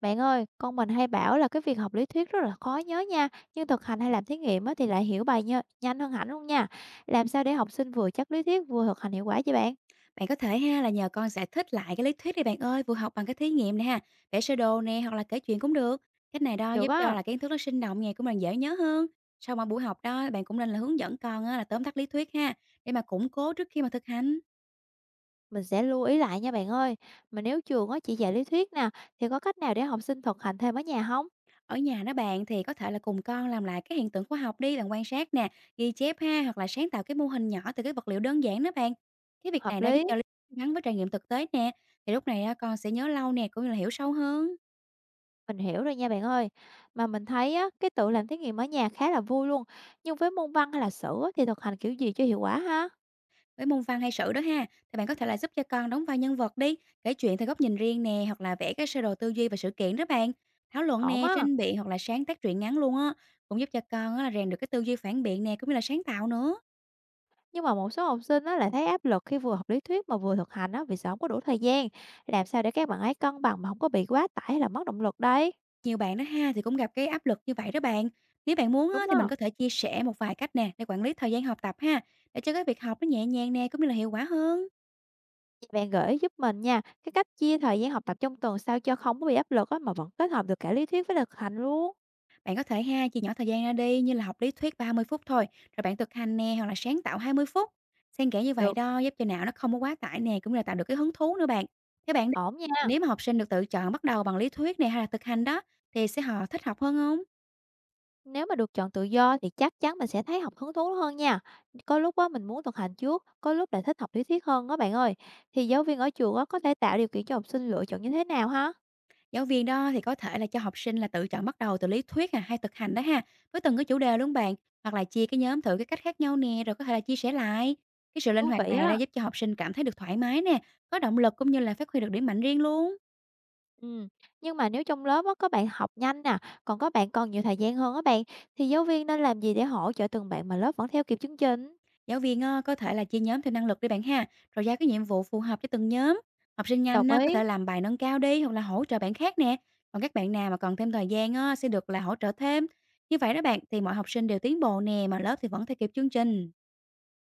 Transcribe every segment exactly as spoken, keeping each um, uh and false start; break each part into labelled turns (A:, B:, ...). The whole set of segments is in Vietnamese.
A: Bạn ơi, con mình hay bảo là cái việc học lý thuyết rất là khó nhớ nha, nhưng thực hành hay làm thí nghiệm á thì lại hiểu bài nhớ, nhanh hơn hẳn luôn nha. Làm sao để học sinh vừa chắc lý thuyết vừa thực hành hiệu quả vậy bạn?
B: Bạn có thể ha là nhờ con giải thích lại cái lý thuyết đi bạn ơi, vừa học bằng cái thí nghiệm nè ha, vẽ sơ đồ nè hoặc là kể chuyện cũng được. Cách này đó
A: Được
B: giúp cho
A: á,
B: là kiến thức nó sinh động nè, cũng là dễ nhớ hơn. Sau mà buổi học đó bạn cũng nên là hướng dẫn con á, là tóm tắt lý thuyết ha để mà củng cố trước khi mà thực hành.
A: mình sẽ lưu ý lại nha bạn ơi. Mà nếu trường á chỉ dạy lý thuyết nè, thì có cách nào để học sinh thực hành thêm ở nhà không?
B: Ở nhà đó bạn thì có thể là cùng con làm lại cái hiện tượng khoa học đi, bạn quan sát nè, ghi chép ha hoặc là sáng tạo cái mô hình nhỏ từ cái vật liệu đơn giản đó bạn. Cái việc
A: Hợp
B: này đó giúp
A: lý,
B: cho lý thuyết gắn với trải nghiệm thực tế nè, thì lúc này á, con sẽ nhớ lâu nè cũng như là hiểu sâu hơn.
A: mình hiểu rồi nha bạn ơi. Mà mình thấy á, cái tự làm thí nghiệm ở nhà khá là vui luôn, nhưng với môn văn hay là sử á, thì thực hành kiểu gì cho hiệu quả ha?
B: Với môn văn hay sử đó ha, thì bạn có thể là giúp cho con đóng vai nhân vật đi, kể chuyện theo góc nhìn riêng nè, hoặc là vẽ cái sơ đồ tư duy và sự kiện đó bạn. Thảo luận
A: Ổn
B: nè,
A: á.
B: tranh biện hoặc là sáng tác truyện ngắn luôn á, cũng giúp cho con á, là rèn được cái tư duy phản biện nè, cũng như là sáng tạo nữa.
A: Nhưng mà một số học sinh á lại thấy áp lực khi vừa học lý thuyết mà vừa thực hành á vì sợ không có đủ thời gian. Làm sao để các bạn ấy cân bằng mà không có bị quá tải hay là mất động lực đây?
B: Nhiều bạn đó ha thì cũng gặp cái áp lực như vậy đó bạn. Nếu bạn muốn á,
A: Đúng
B: thì mình
A: không?
B: có thể chia sẻ một vài cách nè để quản lý thời gian học tập ha, để cho cái việc học nó nhẹ nhàng nè, cũng như là hiệu quả hơn.
A: Bạn gợi ý giúp mình nha, cái cách chia thời gian học tập trong tuần sao cho không có bị áp lực á mà vẫn kết hợp được cả lý thuyết với thực hành luôn.
B: Bạn có thể ha, chia nhỏ thời gian ra đi như là học lý thuyết ba mươi phút thôi, rồi bạn thực hành nè hoặc là sáng tạo hai mươi phút. Xen kẽ như vậy
A: Được,
B: đó giúp cho não nó không có quá tải nè, cũng như là tạo được cái hứng thú nữa bạn. Thế bạn
A: ổn nha.
B: nếu mà học sinh được tự chọn bắt đầu bằng lý thuyết này hay là thực hành đó thì sẽ họ thích học hơn không?
A: Nếu mà được chọn tự do thì chắc chắn mình sẽ thấy học hứng thú hơn nha. Có lúc á mình muốn thực hành trước, có lúc lại thích học lý thuyết hơn đó bạn ơi. Thì giáo viên ở trường á có thể tạo điều kiện cho học sinh lựa chọn như thế nào ha?
B: Giáo viên đó thì có thể là cho học sinh là tự chọn bắt đầu từ lý thuyết à, hay thực hành đó ha, với từng cái chủ đề luôn bạn, hoặc là chia cái nhóm thử cái cách khác nhau nè rồi có thể là chia sẻ lại. Cái sự linh
A: Thú
B: hoạt
A: vị
B: này đã
A: á.
B: giúp cho học sinh cảm thấy được thoải mái nè, có động lực cũng như là phát huy được điểm mạnh riêng luôn.
A: Ừ, nhưng mà nếu trong lớp á, có bạn học nhanh nè, còn có bạn còn nhiều thời gian hơn á bạn, thì giáo viên nên làm gì để hỗ trợ từng bạn mà lớp vẫn theo kịp chương trình?
B: Giáo viên á, có thể là chia nhóm theo năng lực đi bạn ha, rồi giao cái nhiệm vụ phù hợp cho từng nhóm. Học sinh
A: Đồng
B: nhanh á, có
A: ý,
B: thể làm bài nâng cao đi hoặc là hỗ trợ bạn khác nè. Còn các bạn nào mà còn thêm thời gian á, sẽ được là hỗ trợ thêm. Như vậy đó bạn thì mọi học sinh đều tiến bộ nè mà lớp thì vẫn theo kịp chương trình.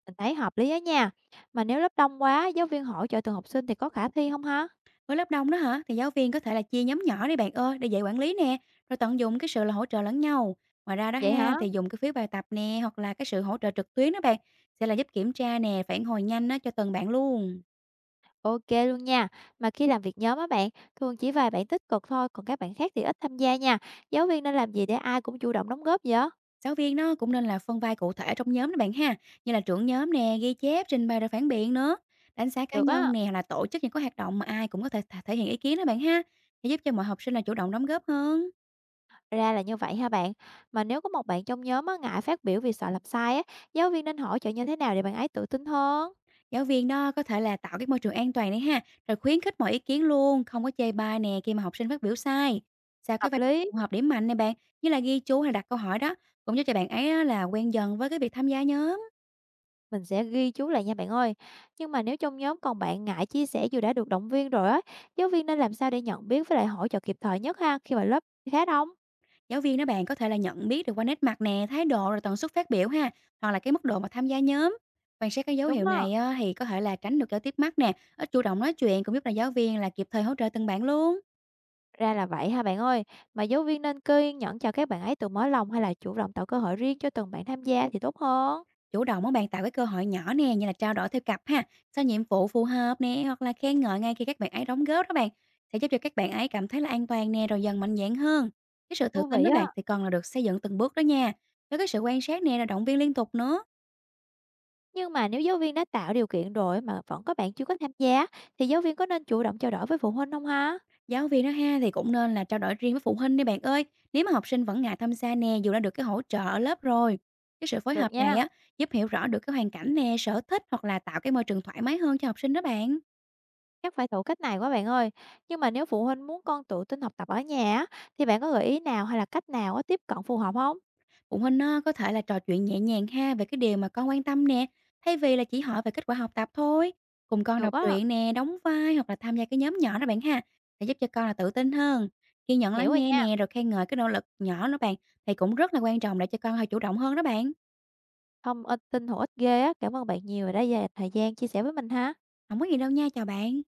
A: mình thấy hợp lý á nha. Mà nếu lớp đông quá, giáo viên hỗ trợ từng học sinh thì có khả thi không hả?
B: Với lớp đông đó hả thì giáo viên có thể là chia nhóm nhỏ đi bạn ơi để dạy quản lý nè, rồi tận dụng cái sự là hỗ trợ lẫn nhau. Ngoài ra đó
A: Vậy
B: ha
A: hả?
B: thì dùng cái phiếu bài tập nè hoặc là cái sự hỗ trợ trực tuyến đó bạn sẽ là giúp kiểm tra nè, phản hồi nhanh á, cho từng bạn luôn.
A: Ok luôn nha. Mà khi làm việc nhóm á bạn, thường chỉ vài bạn tích cực thôi, còn các bạn khác thì ít tham gia nha. Giáo viên nên làm gì để ai cũng chủ động đóng góp vậy?
B: Giáo viên nó cũng nên là phân vai cụ thể trong nhóm đó bạn ha, như là trưởng nhóm nè, ghi chép, trình bày rồi phản biện nữa. Đánh giá cá
A: Được á.
B: nhân nè hoặc là tổ chức những cái hoạt động mà ai cũng có thể thể hiện ý kiến đó bạn ha, để giúp cho mọi học sinh là chủ động đóng góp hơn.
A: Ra là như vậy ha bạn. Mà nếu có một bạn trong nhóm á, ngại phát biểu vì sợ làm sai á, giáo viên nên hỗ trợ như thế nào để bạn ấy tự tin hơn?
B: Giáo viên đó có thể là tạo cái môi trường an toàn đấy ha, rồi khuyến khích mọi ý kiến luôn, không có chê bai nè khi mà học sinh phát biểu sai. Sao cái
A: Hợp
B: vai
A: lý,
B: phù hợp điểm mạnh này bạn, như là ghi chú hay đặt câu hỏi đó, cũng giúp cho bạn ấy á là quen dần với cái việc tham gia nhớ.
A: mình sẽ ghi chú lại nha bạn ơi. Nhưng mà nếu trong nhóm còn bạn ngại chia sẻ dù đã được động viên rồi á, giáo viên nên làm sao để nhận biết với lại hỗ trợ kịp thời nhất ha khi mà lớp khá đông?
B: Giáo viên đó bạn có thể là nhận biết được qua nét mặt nè, thái độ rồi tần suất phát biểu ha, hoặc là cái mức độ mà tham gia nhóm. Quan sát cái dấu
A: Đúng
B: hiệu
A: đó.
B: này á, thì có thể là tránh được giao tiếp mắt nè, ít chủ động nói chuyện cũng giúp là giáo viên là kịp thời hỗ trợ từng bạn luôn.
A: Ra là vậy ha bạn ơi. Mà giáo viên nên kiên nhẫn cho các bạn ấy tự mở lòng hay là chủ động tạo cơ hội riêng cho từng bạn tham gia thì tốt hơn.
B: Chủ động muốn bạn tạo cái cơ hội nhỏ nè, như là trao đổi theo cặp ha, sao nhiệm vụ phù hợp nè, hoặc là khen ngợi ngay khi các bạn ấy đóng góp đó bạn, sẽ giúp cho các bạn ấy cảm thấy là an toàn nè, rồi dần mạnh dạn hơn. Cái sự tự
A: Thú
B: tin
A: vị
B: đó bạn
A: á.
B: thì còn là được xây dựng từng bước đó nha. Với cái sự quan sát nè, là động viên liên tục nữa.
A: Nhưng mà nếu giáo viên đã tạo điều kiện rồi mà vẫn có bạn chưa có tham gia, thì giáo viên có nên chủ động trao đổi với phụ huynh không ha?
B: Giáo viên đó ha thì cũng nên là trao đổi riêng với phụ huynh đi bạn ơi. Nếu mà học sinh vẫn ngại tham gia nè, dù đã được cái hỗ trợ ở lớp rồi. Cái sự phối
A: Được
B: hợp
A: nha,
B: này á giúp hiểu rõ được cái hoàn cảnh nè, sở thích hoặc là tạo cái môi trường thoải mái hơn cho học sinh đó bạn.
A: chắc phải thử cách này quá bạn ơi. Nhưng mà nếu phụ huynh muốn con tự tin học tập ở nhà á, thì bạn có gợi ý nào hay là cách nào á tiếp cận phù hợp không?
B: Phụ huynh á, có thể là trò chuyện nhẹ nhàng ha về cái điều mà con quan tâm nè, thay vì là chỉ hỏi về kết quả học tập thôi. Cùng con
A: Được
B: đọc
A: á,
B: truyện nè, đóng vai hoặc là tham gia cái nhóm nhỏ đó bạn ha, sẽ giúp cho con là tự tin hơn. Kiên
A: mình
B: nhận
A: hiểu
B: lắng
A: rồi
B: nghe
A: nha.
B: nè, rồi khen ngợi cái nỗ lực nhỏ đó bạn thì cũng rất là quan trọng để cho con hơi chủ động hơn đó bạn.
A: Thông tin hữu ích ghê á. Cảm ơn bạn nhiều đã dành thời gian chia sẻ với mình ha.
B: Không có gì đâu nha, chào bạn.